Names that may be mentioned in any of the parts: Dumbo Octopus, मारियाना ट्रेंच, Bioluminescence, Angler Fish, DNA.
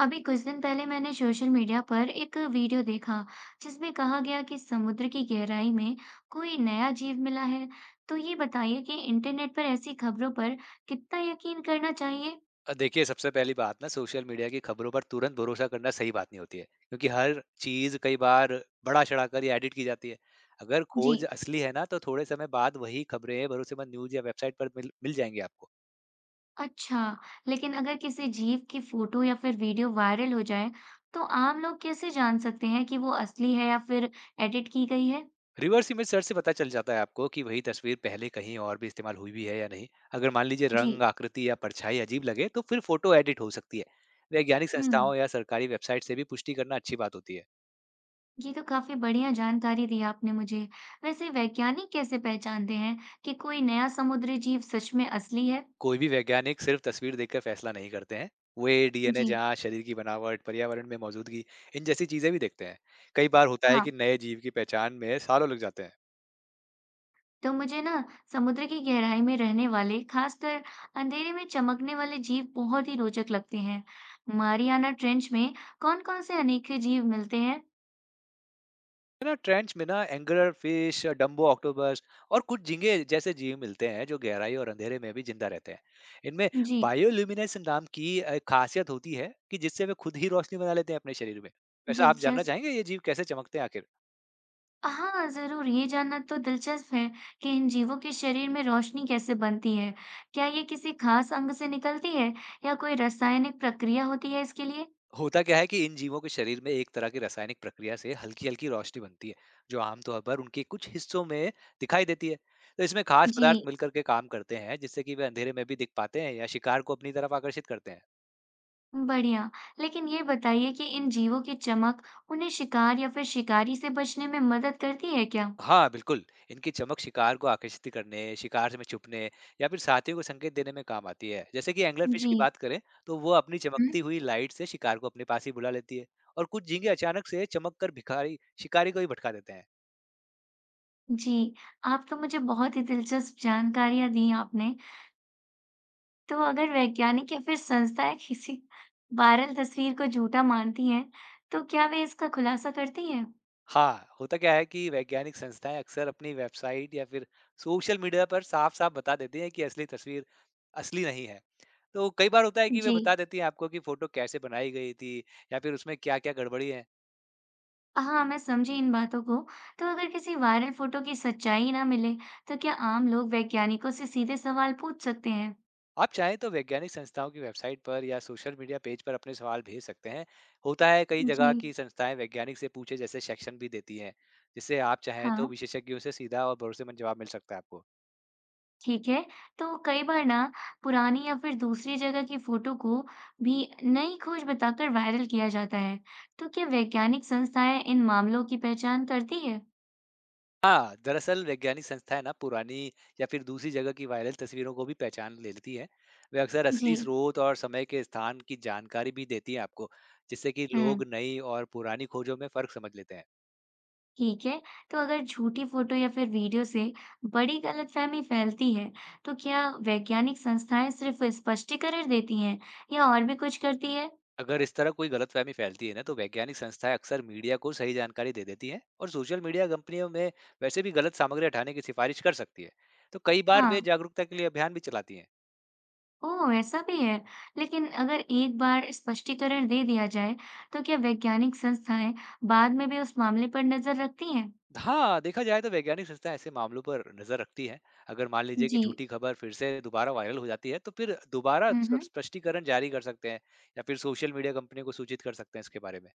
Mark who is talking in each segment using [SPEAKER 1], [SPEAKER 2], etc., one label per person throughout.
[SPEAKER 1] अभी कुछ दिन पहले मैंने social media पर एक video देखा जिसमें कहा गया कि समुद्र की गहराई में कोई नया जीव मिला है। तो ये बताइए कि इंटरनेट पर ऐसी खबरों पर कितना यकीन करना चाहिए।
[SPEAKER 2] देखिए, सबसे पहली बात ना सोशल मीडिया की खबरों पर तुरंत भरोसा करना सही बात नहीं होती है क्योंकि हर चीज़ कई बार बढ़ा-चढ़ा कर या एडिट की जाती है। अगर
[SPEAKER 1] जी।
[SPEAKER 2] खोज असली है ना तो थोड़े समय बाद वही खबरें भरोसेमंद न्यूज़ या वेबसाइट पर मिल मिल जाएँगी आपको।
[SPEAKER 1] अच्छा, लेकिन अगर किसी जीव की फोटो या फिर वीडियो वायरल हो जाए तो आम लोग कैसे जान सकते हैं कि वो असली है या फिर एडिट की गई है?
[SPEAKER 2] रिवर्स इमेज सर्च से पता चल जाता है आपको कि वही तस्वीर पहले कहीं और भी इस्तेमाल हुई भी है या नहीं। अगर मान लीजिए रंग,
[SPEAKER 1] जी।
[SPEAKER 2] आकृति या परछाई अजीब लगे तो फिर फ़ोटो एडिट हो सकती है। वैज्ञानिक
[SPEAKER 1] हम्म
[SPEAKER 2] संस्थाओं या सरकारी वेबसाइट से भी पुष्टि करना अच्छी बात होती है।
[SPEAKER 1] ये तो काफी बढ़िया जानकारी दी आपने मुझे। वैसे वैज्ञानिक कैसे पहचानते हैं कि कोई नया समुद्री जीव सच में असली है?
[SPEAKER 2] कोई भी वैज्ञानिक सिर्फ तस्वीर देखकर फैसला नहीं करते हैं। वे डीएनए
[SPEAKER 1] जी,
[SPEAKER 2] जाँच, शरीर की बनावट, पर्यावरण में मौजूदगी, इन जैसी चीज़ें भी देखते हैं। कई बार होता है
[SPEAKER 1] हाँ।
[SPEAKER 2] कि नए जीव की पहचान में सालों लग जाते हैं।
[SPEAKER 1] तो मुझे ना समुद्र की गहराई में रहने वाले, खासकर अंधेरे में चमकने वाले जीव बहुत ही रोचक लगते हैं। मारियाना ट्रेंच में कौन-कौन से अनोखे जीव मिलते हैं?
[SPEAKER 2] है ना, ट्रेंच में ना एंगलर फिश, डंबो ऑक्टोपस और कुछ झींगे जैसे जीव मिलते हैं जो गहराई और अंधेरे में भी जिंदा रहते हैं। इनमें
[SPEAKER 1] जी,
[SPEAKER 2] बायोल्यूमिनेसेंस नाम की खासियत होती है कि जिससे वे खुद ही रोशनी बना लेते हैं अपने शरीर में। वैसे आप जानना
[SPEAKER 1] दिलचस्प।
[SPEAKER 2] चाहेंगे ये जीव कैसे चमकते हैं आखिर?
[SPEAKER 1] हाँ, ज़रूर, ये जानना तो दिलचस्प है कि इन जीवों के शरीर में रोशनी कैसे बनती है। क्या ये किसी खास अंग से निकलती है या कोई रासायनिक प्रक्रिया होती है इसके लिए?
[SPEAKER 2] होता क्या है कि इन जीवों के शरीर में एक तरह की रासायनिक प्रक्रिया से हल्की-हल्की रोशनी बनती है, जो आमतौर पर उनके कुछ हिस्सों में दिखाई देती है। तो इसमें खास पदार्थ
[SPEAKER 1] जी,
[SPEAKER 2] मिलकर के काम करते हैं, जिससे कि वे अंधेरे में भी दिख पाते हैं या शिकार को अपनी तरफ आकर्षित करते हैं।
[SPEAKER 1] बढ़िया। लेकिन ये बताइए कि इन जीवों की चमक उन्हें शिकार या फिर शिकारी से बचने में मदद करती है क्या?
[SPEAKER 2] हाँ, बिल्कुल। इनकी चमक शिकार को आकर्षित करने, शिकार से में छुपने या फिर साथियों को संकेत देने में काम आती है। जैसे कि एंगलर फिश
[SPEAKER 1] जी,
[SPEAKER 2] की बात करें, तो वो अपनी
[SPEAKER 1] हुँ?
[SPEAKER 2] चमकती हुई लाइट से शिकार को अपने पास ही बुला लेती है और कुछ झींगे अचानक से चमक कर भिखारी शिकारी को ही भटका देते हैं।
[SPEAKER 1] जी, आप तो मुझे बहुत ही दिलचस्प जानकारियाँ दी आपने। तो अगर वैज्ञानिक या फिर संस्थाएं किसी वायरल तस्वीर को झूठा मानती हैं, तो क्या वे इसका खुलासा करती हैं?
[SPEAKER 2] हाँ, होता क्या है कि वैज्ञानिक संस्थाएँ अक्सर अपनी वेबसाइट या फिर सोशल मीडिया पर साफ-साफ बता देती हैं कि असली तस्वीर असली नहीं है। तो कई बार होता है कि वे बता
[SPEAKER 1] जी,
[SPEAKER 2] देती हैं आपको कि फ़ोटो कैसे बनाई गई थी या फिर उसमें क्या-क्या गड़बड़ी है।
[SPEAKER 1] हाँ, मैं समझी इन बातों को। तो अगर किसी वायरल फोटो की सच्चाई ना मिले, तो क्या आम लोग वैज्ञानिकों से सीधे सवाल पूछ सकते हैं?
[SPEAKER 2] आप चाहें तो वैज्ञानिक संस्थाओं की वेबसाइट पर या सोशल मीडिया पेज पर अपने सवाल भेज सकते हैं। होता है कई
[SPEAKER 1] जी,
[SPEAKER 2] जगह की संस्थाएँ वैज्ञानिक से पूछे जैसे सेक्शन भी देती हैं, जिससे आप चाहें तो
[SPEAKER 1] हाँ,
[SPEAKER 2] विशेषज्ञों से सीधा और भरोसेमंद जवाब मिल सकता है आपको।
[SPEAKER 1] ठीक है। तो कई बार ना पुरानी या फिर दूसरी जगह की फोटो को भी नई खोज बताकर वायरल किया जाता है। तो क्या वैज्ञानिक संस्थाएं इन मामलों की पहचान करती है?
[SPEAKER 2] हाँ, दरअसल वैज्ञानिक संस्थाएँ ना पुरानी या फिर दूसरी जगह की वायरल तस्वीरों को भी पहचान लेती हैं। वे अक्सर
[SPEAKER 1] जी,
[SPEAKER 2] असली स्रोत और समय के स्थान की जानकारी भी देती हैं आपको, जिससे कि
[SPEAKER 1] हम्म।
[SPEAKER 2] लोग नई और पुरानी खोजों में फ़र्क समझ लेते हैं।
[SPEAKER 1] ठीक है, तो अगर झूठी फोटो या फिर वीडियो से बड़ी गलतफहमी फैलती है, तो क्या वैज्ञानिक संस्थाएं सिर्फ स्पष्टीकरण देती हैं या और भी कुछ करती है?
[SPEAKER 2] अगर इस तरह कोई गलतफ़हमी फैलती है ना, तो वैज्ञानिक संस्थाएँ अक्सर मीडिया को सही जानकारी दे देती हैं और सोशल मीडिया कंपनियों में वैसे भी गलत सामग्री हटाने की सिफ़ारिश कर सकती है। तो कई बार
[SPEAKER 1] हाँ,
[SPEAKER 2] वे जागरूकता के लिए अभियान भी चलाती हैं।
[SPEAKER 1] ओह ऐसा भी है, लेकिन अगर एक बार स्पष्टीकरण दे दिया जाए, तो क्या वैज्ञानिक संस्थाएं बाद में भी उस मामले पर नजर रखती हैं?
[SPEAKER 2] हाँ, देखा जाए तो वैज्ञानिक संस्था ऐसे मामलों पर नज़र रखती है। अगर मान लीजिए कि
[SPEAKER 1] जी,
[SPEAKER 2] झूठी खबर फिर से दोबारा वायरल हो जाती है, तो फिर दोबारा
[SPEAKER 1] हम्म।
[SPEAKER 2] स्पष्टीकरण जारी कर सकते हैं या फिर सोशल मीडिया कंपनियों को सूचित कर सकते हैं इसके बारे में।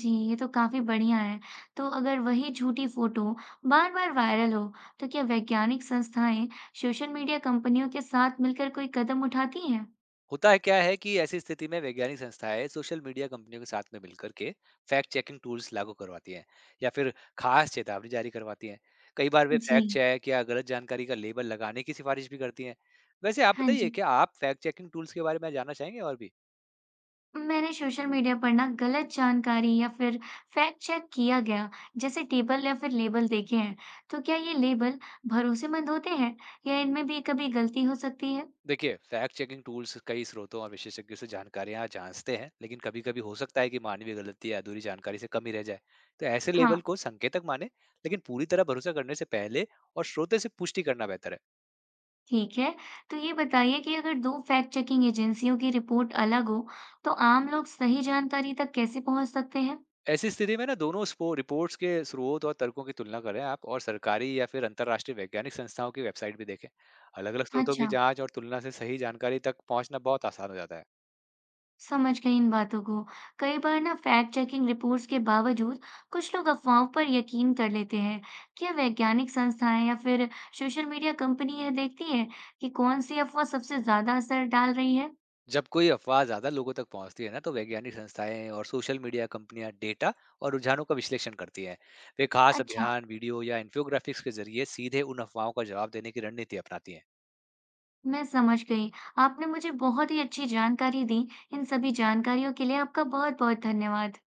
[SPEAKER 1] जी, ये तो काफ़ी बढ़िया है। तो अगर वही झूठी फ़ोटो बार-बार वायरल हो, तो क्या वैज्ञानिक संस्थाएँ सोशल मीडिया कंपनियों के साथ मिलकर कोई कदम उठाती हैं?
[SPEAKER 2] होता है क्या है कि ऐसी स्थिति में वैज्ञानिक संस्थाएँ सोशल मीडिया कंपनियों के साथ में मिलकर के फैक्ट चेकिंग टूल्स लागू करवाती हैं या फिर खास चेतावनी जारी करवाती हैं। कई बार वे फैक्ट
[SPEAKER 1] जी,
[SPEAKER 2] चेक या गलत जानकारी का लेबल लगाने की सिफारिश भी करती हैं। वैसे आप
[SPEAKER 1] हाँ
[SPEAKER 2] बताइए,
[SPEAKER 1] जी।
[SPEAKER 2] क्या आप फैक्ट चेकिंग टूल्स के बारे में जानना चाहेंगे और भी?
[SPEAKER 1] मैंने सोशल मीडिया पर ना गलत जानकारी या फिर फ़ैक्ट चेक किया गया, जैसे टेबल या फिर लेबल देखे हैं। तो क्या ये लेबल भरोसेमंद होते हैं या इनमें भी कभी गलती हो सकती है?
[SPEAKER 2] देखिए, फैक्ट चेकिंग टूल्स कई स्रोतों और विशेषज्ञों से जानकारियां जांचते हैं, लेकिन कभी कभी हो सकता है कि मानवीय गलती या अधूरी जानकारी से कमी रह जाए। तो ऐसे
[SPEAKER 1] हाँ।
[SPEAKER 2] लेबल को संकेतक माने, लेकिन पूरी तरह भरोसा करने से पहले और स्रोत से पुष्टि करना बेहतर है।
[SPEAKER 1] ठीक है, तो ये बताइए कि अगर 2 फैक्ट चेकिंग एजेंसियों की रिपोर्ट अलग हो, तो आम लोग सही जानकारी तक कैसे पहुंच सकते हैं?
[SPEAKER 2] ऐसी स्थिति में ना दोनों रिपोर्ट्स के स्रोत और तर्कों की तुलना करें आप और सरकारी या फिर अंतर्राष्ट्रीय वैज्ञानिक संस्थाओं की वेबसाइट भी देखें। अलग अलग स्रोतों की
[SPEAKER 1] अच्छा,
[SPEAKER 2] जाँच और तुलना से सही जानकारी तक पहुँचना बहुत आसान हो जाता है।
[SPEAKER 1] समझ गई इन बातों को। कई बार ना फैक्ट चेकिंग रिपोर्ट्स के बावजूद कुछ लोग अफवाहों पर यकीन कर लेते हैं। क्या वैज्ञानिक संस्थाएं या फिर सोशल मीडिया कंपनी यह देखती है कि कौन सी अफवाह सबसे ज्यादा असर डाल रही है?
[SPEAKER 2] जब कोई अफवाह ज्यादा लोगों तक पहुंचती है ना, तो वैज्ञानिक संस्थाएं और सोशल मीडिया कंपनियां डेटा और रुझानों का विश्लेषण करती हैं। वे खास
[SPEAKER 1] अच्छा,
[SPEAKER 2] अभियान वीडियो या इन्फोग्राफिक्स के जरिए सीधे उन अफवाहों का जवाब देने की रणनीति अपनाती हैं।
[SPEAKER 1] मैं समझ गई। आपने मुझे बहुत ही अच्छी जानकारी दी। इन सभी जानकारियों के लिए आपका बहुत-बहुत धन्यवाद।